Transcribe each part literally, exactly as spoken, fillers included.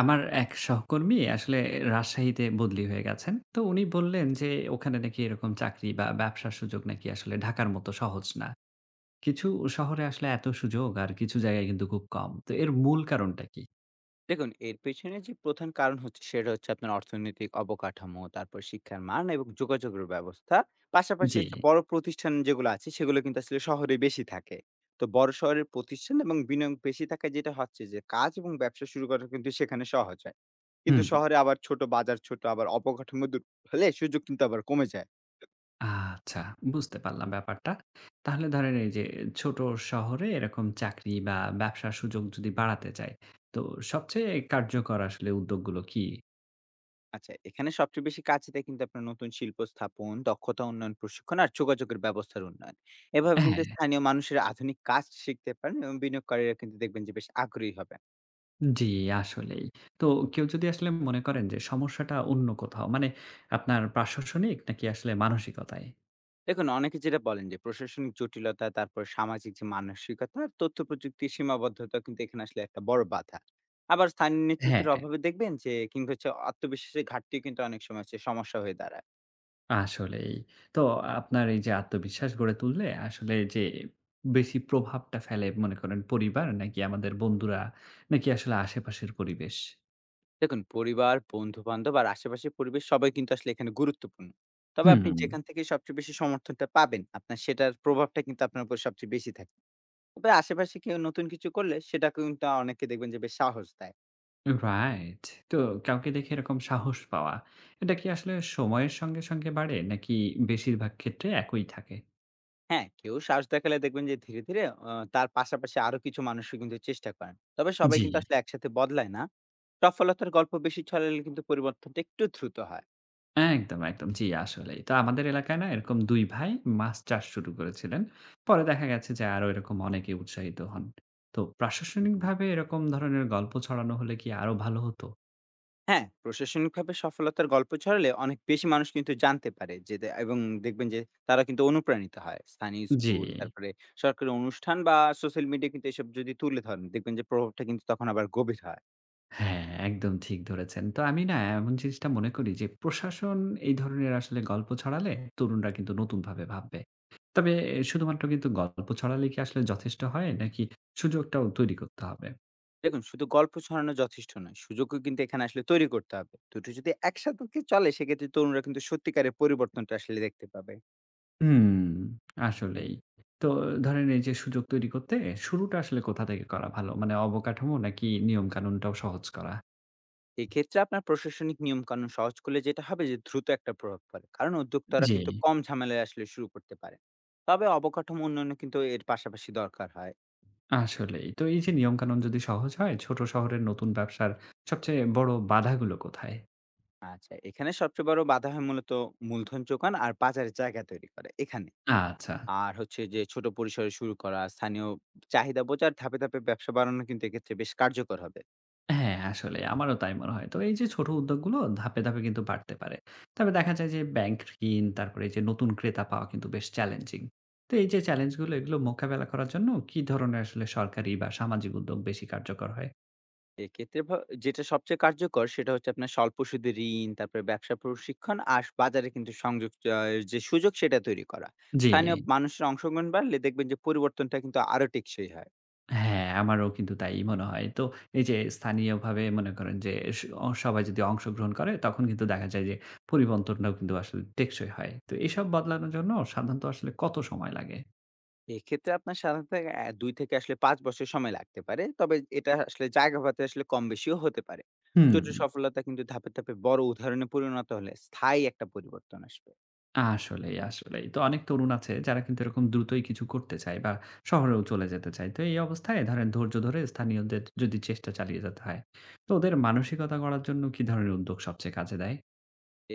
আমার এক সহকর্মী আসলে রাজশাহীতে বদলি হয়ে গেছেন। তো উনি বললেন যে ওখানে নাকি এরকম চাকরি বা ব্যবসার সুযোগ নাকি আসলে ঢাকার মতো সহজ না। কিছু শহরে আসলে এত সুযোগ আর কিছু জায়গায় কিন্তু খুব কম। তো এর মূল কারণটা কি? দেখুন, এর পেছনে যে প্রধান কারণ হচ্ছে সেটা হচ্ছে আপনার অর্থনৈতিক অবকাঠামো, তারপর শিক্ষার মান এবং যোগাযোগের ব্যবস্থা। পাশাপাশি জি। হচ্ছে বড় প্রতিষ্ঠান যেগুলো আছে সেগুলো কিন্তু আসলে শহরে বেশি থাকে। তো বড় শহরের প্রতিষ্ঠান এবং বিনিয়োগ বেশি থাকে, যেটা হচ্ছে যে কাজ এবং ব্যবসা শুরু করা কিন্তু সেখানে সহজ হয়। হুম, কিন্তু শহরে আবার ছোট বাজার, ছোট আবার অবকাঠামো দূর হলে সুযোগ কিন্তু আবার কমে যায়। আচ্ছা বুঝতে পারলাম ব্যাপারটা। তাহলে ধরেন এই যে ছোট শহরে এরকম চাকরি বা ব্যবসার সুযোগ যদি বাড়াতে চায়, তো সবচেয়ে কার্যকর আসলে উদ্যোগগুলো কি? আচ্ছা, এখানে সবচেয়ে বেশি কাজ দেয় কিন্তু আপনার নতুন শিল্প স্থাপন, দক্ষতা উন্নয়ন প্রশিক্ষণ আর যোগাযোগের ব্যবস্থার উন্নয়ন। এভাবে কিন্তু হ্যাঁ, স্থানীয় মানুষেরা আধুনিক কাজ শিখতে পারেন এবং বিনিয়োগকারীরা কিন্তু দেখবেন যে বেশ আগ্রহী হবেন। জি, আসলেই। তো কেউ যদি আসলে মনে করেন যে সমস্যাটা অন্য কোথাও মানে আপনার প্রাশাসনিক নাকি আসলে মানসিকতায়? দেখুন, অনেকে যেটা বলেন যে প্রশাসনিক জটিলতা, তারপর সামাজিক যে মানসিকতা আর তথ্য প্রযুক্তির সীমাবদ্ধতা কিন্তু এখানে আসলে একটা বড় বাধা। আবার স্থানীয় নেতৃত্বের হ্যাঁ। অভাবে দেখবেন যে কিংবা হচ্ছে আত্মবিশ্বাসের ঘাটতিও কিন্তু অনেক সময় হচ্ছে সমস্যা হয়ে দাঁড়ায়। আসলেই। তো আপনার এই যে আত্মবিশ্বাস গড়ে তুললে আসলে যে বেশি প্রভাবটা ফেলে মনে করেন পরিবার নাকি আমাদের বন্ধুরা নাকি আসলে আশেপাশের পরিবেশ? দেখুন, পরিবার, বন্ধু-বান্ধব আর আশেপাশের পরিবেশ সবাই কিন্তু আসলে এখানে গুরুত্বপূর্ণ। তবে আপনি হুম। যেখান থেকে সবচেয়ে বেশি সমর্থনটা পাবেন, আপনার সেটার প্রভাবটা কিন্তু আপনার উপর সবচেয়ে বেশি থাকে। তবে আশেপাশে কেউ নতুন কিছু করলে সেটা কিন্তু অনেকে দেখবেন যে বেশ সাহস দেয়। রাইট। তো কাউকে দেখে এরকম সাহস পাওয়া, এটা কি আসলে সময়ের সঙ্গে, সঙ্গে বাড়ে নাকি বেশিরভাগ ক্ষেত্রে একই থাকে? হ্যাঁ, কেউ সাহস দেখালে দেখবেন যে ধীরে, ধীরে অ তার পাশাপাশি আরো কিছু মানুষও কিন্তু চেষ্টা করেন। তবে সবাই জি। কিন্তু আসলে একসাথে বদলায় না। সফলতার গল্প বেশি ছড়ালে কিন্তু পরিবর্তনটা একটু দ্রুত হয়। একদম, একদম। জি, আসলেই। তো আমাদের এলাকায় না এরকম দুই ভাই মাছ চাষ শুরু করেছিলেন। পরে দেখা গেছে যে আরো এরকম অনেকে উৎসাহিত হন। তো হু, হু। প্রাশাসনিকভাবে এরকম ধরনের গল্প ছড়ানো হলে কি আরো ভালো হতো? হ্যাঁ, প্রশাসনিকভাবে সফলতার গল্প ছড়ালে অনেক বেশি মানুষ কিন্তু জানতে পারে যে দে এবং দেখবেন যে তারা কিন্তু অনুপ্রাণিত হয়। স্থানীয় জি। স্কুল, তারপরে সরকারি অনুষ্ঠান বা সোশ্যাল মিডিয়া কিন্তু এসব যদি তুলে ধরেন, দেখবেন যে প্রভাবটা কিন্তু তখন আবার গভীর হয়। হ্যাঁ, একদম ঠিক ধরেছেন। তো আমি না এমন জিনিসটা মনে করি যে প্রশাসন এই ধরনের আসলে গল্প ছড়ালে তরুণরা কিন্তু নতুনভাবে ভাববে। তবে শুধুমাত্র কিন্তু গল্প ছড়ালেই কি আসলে যথেষ্ট হয় নাকি সুযোগটাও তৈরি করতে হবে? দেখুন, শুধু গল্প ছড়ানো যথেষ্ট নয়, সুযোগও কিন্তু এখানে আসলে তৈরি করতে হবে। দুটো যদি একসাথে চলে সেক্ষেত্রে তরুণরা কিন্তু সত্যিকারের পরিবর্তনটা আসলে দেখতে পাবে। হুম, আসলেই। তো ধরেন এই যে সুযোগ তৈরি করতে শুরুটা আসলে কোথা থেকে করা ভালো? মানে অবকাঠামো নাকি নিয়মকানুনটাও সহজ করা? এক্ষেত্রে আপনার প্রশাসনিক নিয়মকানুন সহজ করলে যেটা হবে যে দ্রুত একটা প্রভাব পড়ে, কারণ উদ্যোক্তারা জি। কিন্তু কম ঝামেলায় আসলে শুরু করতে পারে। তবে অবকাঠামো উন্নয়ন কিন্তু এর পাশাপাশি দরকার হয়। আসলেই। তো এই যে নিয়মকানুন যদি সহজ হয়, ছোট শহরের নতুন ব্যবসার সবচেয়ে বড় বাধাগুলো কোথায়? আচ্ছা, এখানে সবচেয়ে বড় বাধা হয় মূলত মূলধন যোগান আর বাজারে জায়গা তৈরি করে এখানে। আচ্ছা। আর হচ্ছে যে ছোট পরিসরে শুরু করা, স্থানীয় চাহিদা বোঝার ধাপে ধাপে ব্যবসা বাড়ানো কিন্তু এক্ষেত্রে বেশ কার্যকর হবে। হ্যাঁ, আসলে আমারও তাই মনে হয়। তো এই যে ছোট উদ্যোগগুলো ধাপে, ধাপে কিন্তু বাড়তে পারে। তবে দেখা যায় যে ব্যাংক ঋণ, তারপরে এই যে নতুন ক্রেতা পাওয়া কিন্তু বেশ চ্যালেঞ্জিং। তো এই যে চ্যালেঞ্জগুলো এগুলো মোকাবেলা করার জন্য কি ধরনের আসলে সরকারি বা সামাজিক উদ্যোগ বেশি কার্যকর হয়? এক্ষেত্রে ভা যেটা সবচেয়ে কার্যকর সেটা হচ্ছে আপনার স্বল্প সুদে ঋণ, তারপরে ব্যবসা প্রশিক্ষণ আর বাজারে কিন্তু সংযোগ, আ যে সুযোগ সেটা তৈরি করা। জি। স্থানীয় মানুষের অংশগ্রহণ বাড়লে দেখবেন যে পরিবর্তনটা কিন্তু আরো টেকসই হয়। হ্যাঁ, আমারও কিন্তু তাই মনে হয়। তো এই যে স্থানীয়ভাবে মনে করেন যে স অ সবাই যদি অংশগ্রহণ করে তখন কিন্তু দেখা যায় যে পরিবর্তনটাও কিন্তু আসলে টেকসই হয়। তো এসব বদলানোর জন্য সাধারণত আসলে কত সময় লাগে? এক্ষেত্রে আপনার সাধারণত অ্যা দুই থেকে আসলে পাঁচ বছর সময় লাগতে পারে। তবে এটা আসলে জায়গা ভেদে আসলে কম বেশিও হতে পারে। হুম। ছোট সফলতা কিন্তু ধাপে, ধাপে বড় উদাহরণে পরিণত হলে স্থায়ী একটা পরিবর্তন আসবে। আসলেই, আসলেই। তো অনেক তরুণ আছে যারা কিন্তু এরকম দ্রুতই কিছু করতে চায় বা শহরেও চলে যেতে চায়। তো এই অবস্থায় ধরেন ধৈর্য ধরে স্থানীয়দের যদি চেষ্টা চালিয়ে যেতে হয়, তো ওদের মানসিকতা গড়ার জন্য কি ধরনের উদ্যোগ সবচেয়ে কাজে দেয়?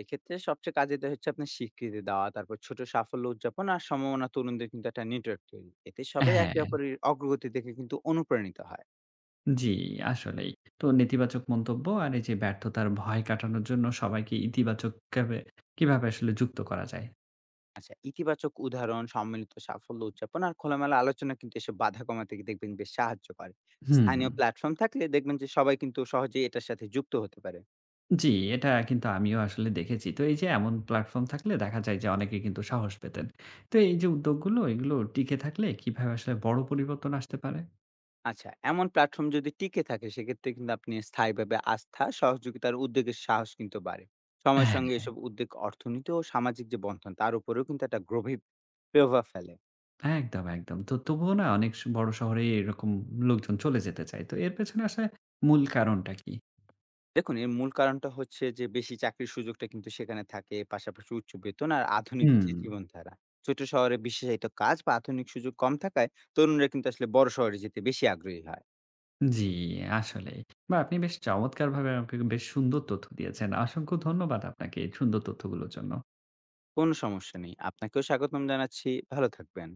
এক্ষেত্রে সবচেয়ে কাজে দেয় হচ্ছে আপনার স্বীকৃতি দেওয়া, তারপর ছোট সাফল্য উদযাপন আর সম্ভাবনা তরুণদের কিন্তু একটা নেটওয়ার্ক তৈরি। এতে সবাই একে হ্যাঁ, অপরের অগ্রগতি দেখে কিন্তু অনুপ্রাণিত হয়। জি, আসলেই। তো নেতিবাচক মন্তব্য আর এই যে ব্যর্থতার ভয় কাটানোর জন্য সবাইকে ইতিবাচক ভাবে কিভাবে আসলে যুক্ত করা যায়? আচ্ছা, ইতিবাচক উদাহরণ, সম্মিলিত সাফল্য উদযাপন আর খোলামেলা আলোচনা কিন্তু এসব বাধা কমাতে দেখবেন বেশ সাহায্য করে। হুম। হুম। স্থানীয় প্ল্যাটফর্ম থাকলে দেখবেন যে সবাই কিন্তু সহজেই এটার সাথে যুক্ত হতে পারে। জি, এটা কিন্তু আমিও আসলে দেখেছি। তো এই যে এমন প্ল্যাটফর্ম থাকলে দেখা যায় যে অনেকে কিন্তু সাহস পেতেন। তো এই যে উদ্যোগগুলো এগুলো টিকে থাকলে কিভাবে আসলে বড় পরিবর্তন আসতে পারে? আচ্ছা, এমন প্ল্যাটফর্ম যদি টিকে থাকে সেক্ষেত্রে কিন্তু আপনি স্থায়ীভাবে আস্থা, সহযোগিতা আর উদ্যোগের সাহস কিন্তু বাড়ে। সময়ের সঙ্গে হ্যাঁ। এসব উদ্যোগ অর্থনীতি ও সামাজিক যে বন্ধন তার উপরেও কিন্তু একটা গভীর প্রভাব ফেলে। একদম, একদম। তো তবুও না অনেক স বড় শহরে এরকম লোকজন চলে যেতে চায়। তো এর পেছনে আসলে মূল কারণটা কি? দেখুন, এর মূল কারণটা হচ্ছে যে বেশি চাকরির সুযোগটা কিন্তু সেখানে থাকে, পাশাপাশি উচ্চ বেতন আর আধুনিক হুম। যে জীবনধারা। ছোট শহরে বিশেষায়িত কাজ বা আধুনিক সুযোগ কম থাকায় তরুণরা কিন্তু আসলে বড় শহরে যেতে বেশি আগ্রহী হয়। জি, আসলেই। বা আপনি বেশ চমৎকারভাবে আমাকে বেশ সুন্দর তথ্য দিয়েছেন। অসংখ্য ধন্যবাদ আপনাকে এই সুন্দর তথ্যগুলোর জন্য। কোনো সমস্যা নেই। আপনাকেও স্বাগতম জানাচ্ছি। ভালো থাকবেন।